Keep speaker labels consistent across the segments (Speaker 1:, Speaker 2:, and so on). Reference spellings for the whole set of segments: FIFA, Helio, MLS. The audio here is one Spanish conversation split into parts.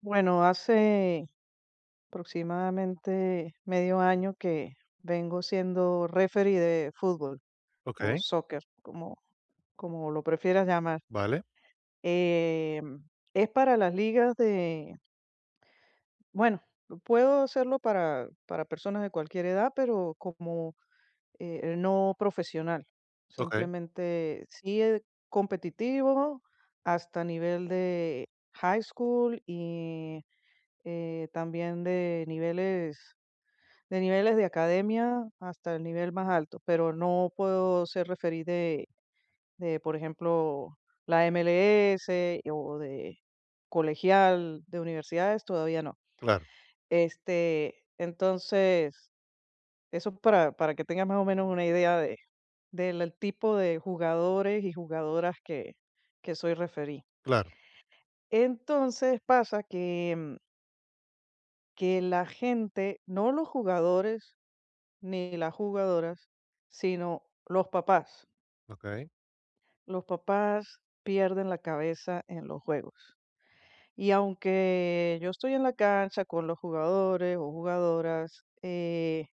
Speaker 1: Bueno, hace aproximadamente medio año que vengo siendo referee de fútbol o
Speaker 2: Okey,
Speaker 1: soccer, como lo prefieras llamar.
Speaker 2: vale,
Speaker 1: Eh, es para las ligas de, bueno, puedo hacerlo para personas de cualquier edad, pero como no profesional.
Speaker 2: okey,
Speaker 1: Simplemente sí es competitivo hasta nivel de high school y también de niveles de niveles de academia hasta el nivel más alto, pero no puedo ser referí de, por ejemplo, la MLS o de colegial, de universidades, todavía no.
Speaker 2: claro,
Speaker 1: Este, entonces, eso para que tengas más o menos una idea de del tipo de jugadores y jugadoras que soy referí.
Speaker 2: claro,
Speaker 1: Entonces, pasa que, que la gente, no los jugadores, ni las jugadoras, sino los papás.
Speaker 2: okey,
Speaker 1: Los papás pierden la cabeza en los juegos. Y aunque yo estoy en la cancha con los jugadores o jugadoras,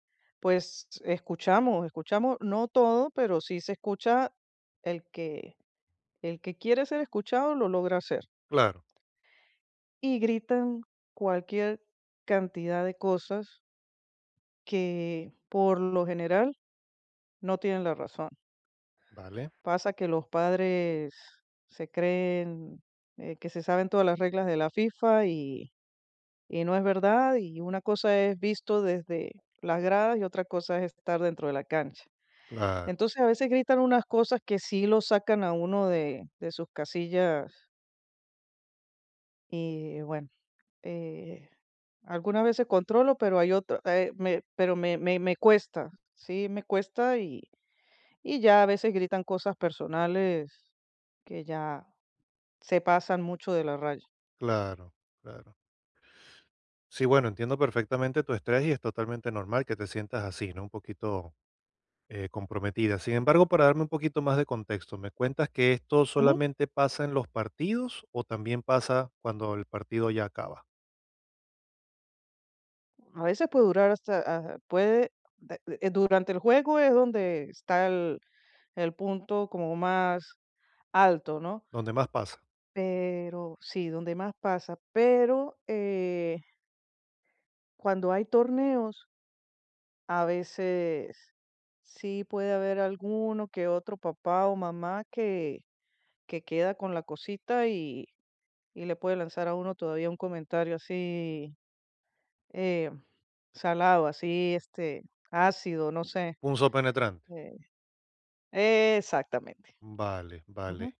Speaker 1: pues escuchamos, escuchamos, no todo, pero sí se escucha el que, el que quiere ser escuchado lo logra hacer.
Speaker 2: claro,
Speaker 1: Y gritan cualquier cantidad de cosas que por lo general no tienen la razón.
Speaker 2: vale,
Speaker 1: Pasa que los padres se creen que se saben todas las reglas de la FIFA y no es verdad. Y una cosa es visto desde las gradas y otra cosa es estar dentro de la cancha.
Speaker 2: claro,
Speaker 1: Entonces a veces gritan unas cosas que sí lo sacan a uno de sus casillas y bueno, eh, algunas veces controlo, pero hay otras, pero me cuesta, sí, me cuesta y ya a veces gritan cosas personales que ya se pasan mucho de la raya.
Speaker 2: claro, claro. Sí, bueno, entiendo perfectamente tu estrés y es totalmente normal que te sientas así, ¿no? Un poquito, comprometida. Sin embargo, para darme un poquito más de contexto, ¿me cuentas que esto
Speaker 1: Ujú.
Speaker 2: solamente pasa en los partidos o también pasa cuando el partido ya acaba?
Speaker 1: A veces puede durar hasta ah, puede de durante el juego es donde está el punto como más alto, ¿no?
Speaker 2: ¿Dónde más pasa?
Speaker 1: Pero sí, donde más pasa, pero, cuando hay torneos, a veces sí puede haber alguno que otro papá o mamá que queda con la cosita y le puede lanzar a uno todavía un comentario así. Eh, Salado, así, este, ácido, no sé.
Speaker 2: Punzo penetrante.
Speaker 1: Eh, Exactamente.
Speaker 2: Vale, vale.
Speaker 1: Ujú.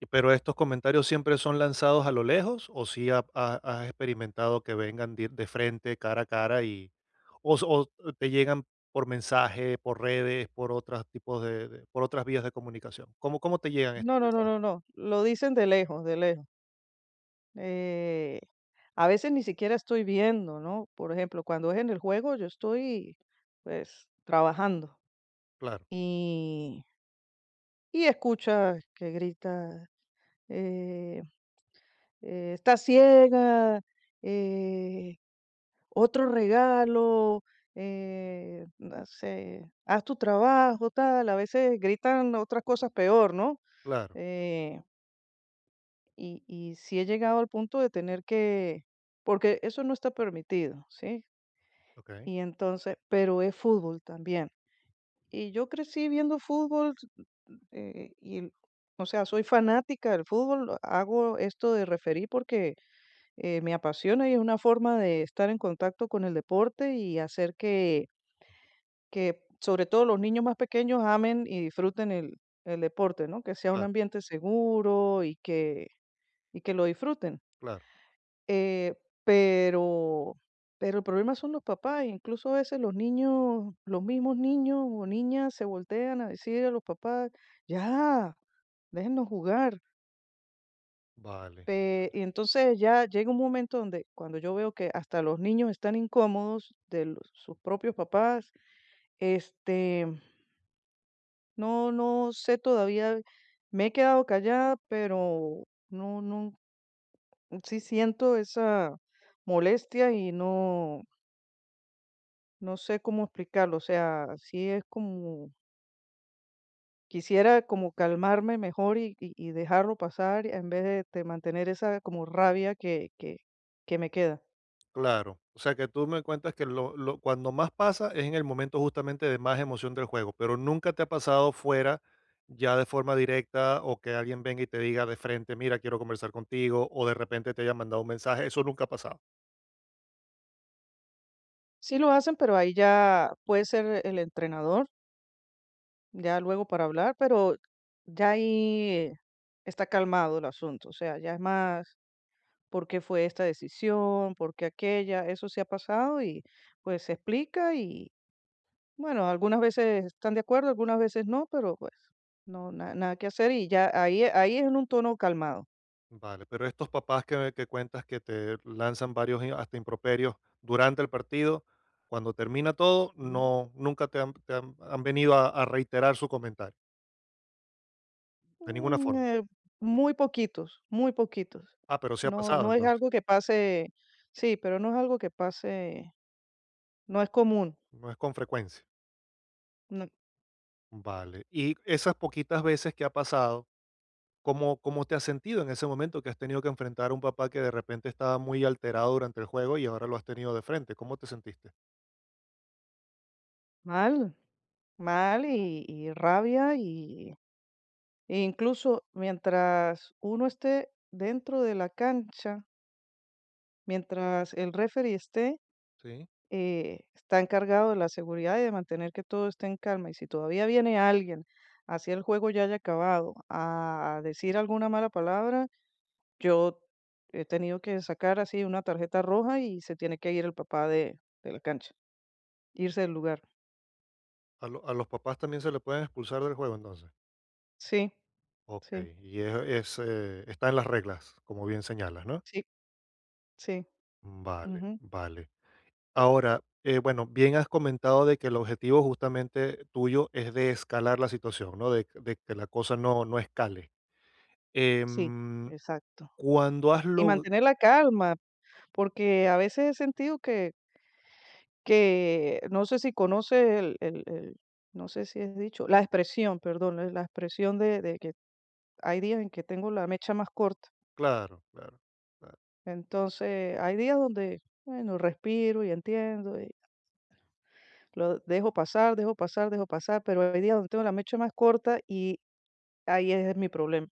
Speaker 2: Y pero, ¿estos comentarios siempre son lanzados a lo lejos o si has experimentado que vengan de frente, cara a cara y o, o te llegan por mensaje, por redes, por otros tipos por otras vías de comunicación? ¿Cómo te llegan
Speaker 1: No,
Speaker 2: estos
Speaker 1: no, no,
Speaker 2: mensajes?
Speaker 1: no, no. Lo dicen de lejos, de lejos. Eh, a veces ni siquiera estoy viendo, ¿no? Por ejemplo, cuando es en el juego, yo estoy, pues, trabajando
Speaker 2: Claro,
Speaker 1: y, y escucha que grita, eh, está ciega, eh, otro regalo, no sé, haz tu trabajo, tal. A veces gritan otras cosas peor, ¿no?
Speaker 2: claro.
Speaker 1: Eh, y sí he llegado al punto de tener porque eso no está permitido, ¿sí?
Speaker 2: Ok,
Speaker 1: Y entonces, pero es fútbol también. Y yo crecí viendo fútbol, eh, y, el- o sea, soy fanática del fútbol, hago esto de referir porque me apasiona y es una forma de estar en contacto con el deporte y hacer que sobre todo los niños más pequeños amen y disfruten el deporte, ¿no? Que sea un
Speaker 2: claro,
Speaker 1: ambiente seguro y que que lo disfruten.
Speaker 2: claro.
Speaker 1: Eh, pero pero el problema son los papás, incluso a veces los niños, los mismos niños o niñas se voltean a decir a los papás: "Ya, déjennos jugar".
Speaker 2: Vale.
Speaker 1: Pe y entonces ya llega un momento donde cuando yo veo que hasta los niños están incómodos de los sus propios papás, este no, no sé todavía, me he quedado callada, pero no, no, sí siento esa molestia y no, no sé cómo explicarlo. O sea, sí es como, quisiera como calmarme mejor y dejarlo pasar en vez de mantener esa como rabia que me queda.
Speaker 2: Claro, o sea que tú me cuentas que cuando más pasa es en el momento justamente de más emoción del juego, pero nunca te ha pasado fuera ya de forma directa o que alguien venga y te diga de frente, mira, quiero conversar contigo, o de repente te haya mandado un mensaje, eso nunca ha pasado.
Speaker 1: Sí lo hacen, pero ahí ya puede ser el entrenador, ya luego para hablar, pero ya ahí está calmado el asunto. O sea, ya es más por qué fue esta decisión, por qué aquella, eso sí ha pasado y pues se explica y bueno, algunas veces están de acuerdo, algunas veces no, pero pues no, nada que hacer y ya ahí es en un tono calmado.
Speaker 2: Vale, pero estos papás que cuentas que te lanzan varios hasta improperios durante el partido, cuando termina todo, no, nunca han venido a reiterar su comentario, de ninguna
Speaker 1: Mm,
Speaker 2: forma.
Speaker 1: eh, Muy poquitos, muy poquitos.
Speaker 2: Ah, pero sí ha
Speaker 1: No,
Speaker 2: pasado
Speaker 1: no es
Speaker 2: entonces,
Speaker 1: algo que pase, sí, pero no es algo que pase, no es común.
Speaker 2: no es con frecuencia.
Speaker 1: no-
Speaker 2: Vale. Y esas poquitas veces que ha pasado, ¿cómo te has sentido en ese momento que has tenido que enfrentar a un papá que de repente estaba muy alterado durante el juego y ahora lo has tenido de frente? ¿Cómo te sentiste?
Speaker 1: Mal, mal y rabia y e incluso mientras uno esté dentro de la cancha, mientras el referee esté,
Speaker 2: Sí.
Speaker 1: está encargado de la seguridad y de mantener que todo esté en calma. Y si todavía viene alguien, así el juego ya haya acabado, a decir alguna mala palabra, yo he tenido que sacar así una tarjeta roja y se tiene que ir el papá de la cancha, irse del lugar.
Speaker 2: A, a los papás también se le pueden expulsar del juego entonces.
Speaker 1: Sí,
Speaker 2: Ok.
Speaker 1: sí,
Speaker 2: Y está en las reglas, como bien señalas, ¿no?
Speaker 1: sí, sí,
Speaker 2: Vale,
Speaker 1: ujú,
Speaker 2: vale. Ahora, bueno, bien has comentado de que el objetivo justamente tuyo es de escalar la situación, ¿no? De que la cosa no, no escale.
Speaker 1: sí,
Speaker 2: Em,
Speaker 1: exacto.
Speaker 2: cuando has
Speaker 1: Y
Speaker 2: logrado.
Speaker 1: mantener la calma, porque a veces he sentido que no sé si conoces el no sé si es dicho, la expresión, perdón, la expresión de que hay días en que tengo la mecha más corta.
Speaker 2: Claro, claro, claro,
Speaker 1: Entonces, hay días donde, bueno, respiro y entiendo, y lo dejo pasar, dejo pasar, dejo pasar, pero hay días donde tengo la mecha más corta y ahí es mi problema,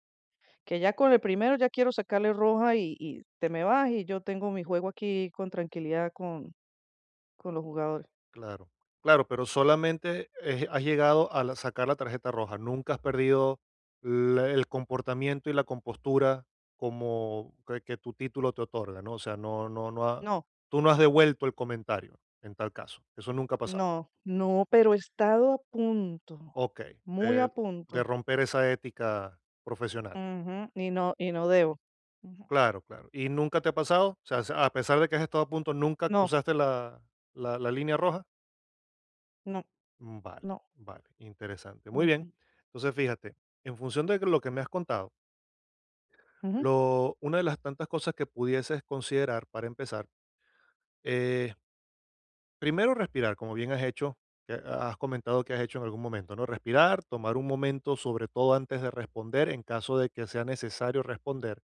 Speaker 1: que ya con el primero ya quiero sacarle roja y te me vas y yo tengo mi juego aquí con tranquilidad con los jugadores.
Speaker 2: claro. Claro, pero solamente, has llegado a la sacar la tarjeta roja, nunca has perdido la el comportamiento y la compostura como que tu título te otorga, ¿no? O sea, no no no ha
Speaker 1: No.
Speaker 2: tú no has devuelto el comentario, en tal caso, eso nunca ha pasado.
Speaker 1: No, no, pero he estado a punto,
Speaker 2: Okey,
Speaker 1: muy a
Speaker 2: de
Speaker 1: punto.
Speaker 2: romper esa ética profesional.
Speaker 1: Ujú, y no debo. Ujú.
Speaker 2: Claro, claro, ¿y nunca te ha pasado? O sea, a pesar de que has estado a punto, ¿nunca
Speaker 1: No,
Speaker 2: cruzaste la línea roja?
Speaker 1: no,
Speaker 2: Mm, vale,
Speaker 1: no.
Speaker 2: vale, interesante. Muy bien.
Speaker 1: Ujú,
Speaker 2: Entonces, fíjate, en función de lo que me has contado,
Speaker 1: ujú.
Speaker 2: una de las tantas cosas que pudieses considerar para empezar, eh, primero respirar, como bien has hecho, que has comentado que has hecho en algún momento, ¿no? Respirar, tomar un momento, sobre todo antes de responder, en caso de que sea necesario responder,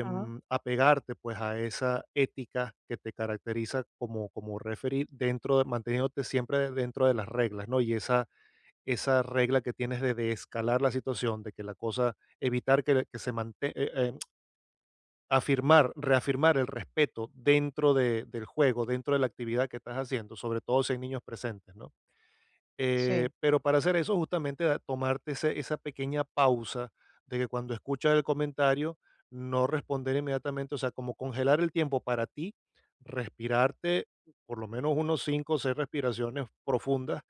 Speaker 1: Ajá.
Speaker 2: apegarte pues a esa ética que te caracteriza como referir dentro de, manteniéndote siempre dentro de las reglas, ¿no? Y esa regla que tienes de escalar la situación, de que la cosa evitar que se mantenga reafirmar el respeto dentro de del juego, dentro de la actividad que estás haciendo, sobre todo si hay niños presentes, ¿no? Eh,
Speaker 1: Sí.
Speaker 2: pero para hacer eso, justamente tomarte esa pequeña pausa de que cuando escuchas el comentario, no responder inmediatamente, o sea, como congelar el tiempo para ti, respirarte por lo menos unos 5 o 6 respiraciones profundas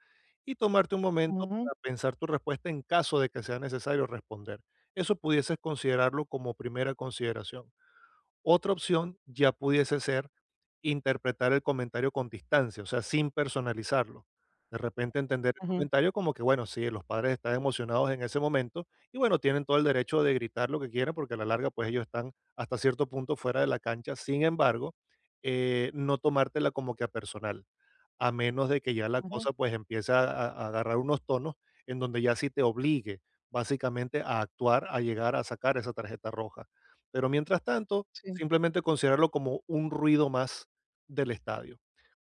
Speaker 2: y tomarte un momento
Speaker 1: Ujú,
Speaker 2: para pensar tu respuesta en caso de que sea necesario responder. Eso pudieses considerarlo como primera consideración. Otra opción ya pudiese ser interpretar el comentario con distancia, o sea, sin personalizarlo. De repente entender el
Speaker 1: ujú,
Speaker 2: comentario como que, bueno, sí, los padres están emocionados en ese momento y bueno, tienen todo el derecho de gritar lo que quieran porque a la larga pues ellos están hasta cierto punto fuera de la cancha. Sin embargo, no tomártela como que a personal, a menos de que ya la
Speaker 1: ujú.
Speaker 2: cosa pues empiece a agarrar unos tonos en donde ya sí te obligue básicamente a actuar, a llegar a sacar esa tarjeta roja. Pero mientras tanto,
Speaker 1: Sí.
Speaker 2: simplemente considerarlo como un ruido más del estadio,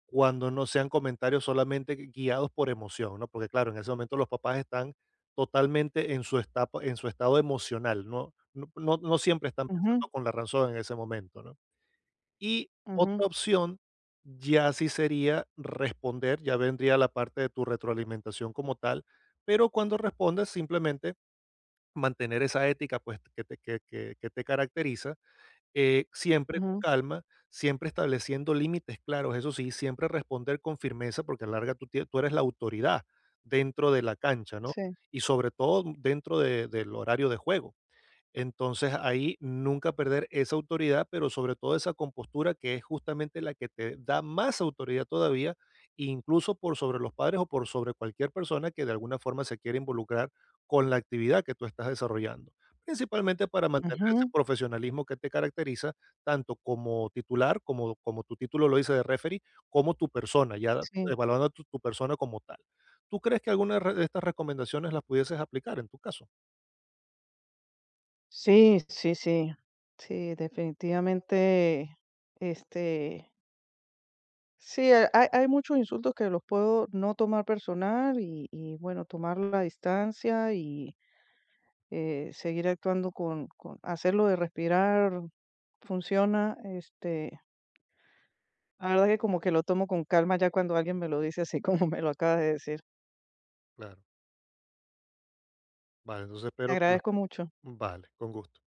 Speaker 2: cuando no sean comentarios solamente guiados por emoción, ¿no? Porque claro, en ese momento los papás están totalmente en en su estado emocional, ¿no? No, no, no siempre están
Speaker 1: Ujú,
Speaker 2: pensando con la razón en ese momento, ¿no? Y
Speaker 1: ujú,
Speaker 2: otra opción ya sí sería responder, ya vendría la parte de tu retroalimentación como tal, pero cuando respondes simplemente mantener esa ética pues que te caracteriza siempre con
Speaker 1: ujú.
Speaker 2: calma, siempre estableciendo límites claros, eso sí, siempre responder con firmeza, porque a la larga tú, tú eres la autoridad dentro de la cancha, ¿no?
Speaker 1: Sí.
Speaker 2: Y sobre todo dentro del horario de juego. Entonces ahí nunca perder esa autoridad, pero sobre todo esa compostura que es justamente la que te da más autoridad todavía, incluso por sobre los padres o por sobre cualquier persona que de alguna forma se quiera involucrar con la actividad que tú estás desarrollando. Principalmente para mantener ese
Speaker 1: Ujú.
Speaker 2: profesionalismo que te caracteriza, tanto como titular, como, como tu título lo dice de referee, como tu, persona, ya
Speaker 1: Sí.
Speaker 2: evaluando tu persona como tal. ¿Tú crees que alguna de estas recomendaciones las pudieses aplicar en tu caso?
Speaker 1: Sí, sí, sí. Sí, definitivamente, este, sí, ha hay hay muchos insultos que los puedo no tomar personal y bueno, tomar la distancia y seguir actuando con hacerlo de respirar funciona. Este, la verdad que como que lo tomo con calma ya cuando alguien me lo dice así como me lo acaba de decir.
Speaker 2: Claro. Vale, entonces
Speaker 1: Te
Speaker 2: espero que la.
Speaker 1: agradezco mucho.
Speaker 2: Vale, con gusto.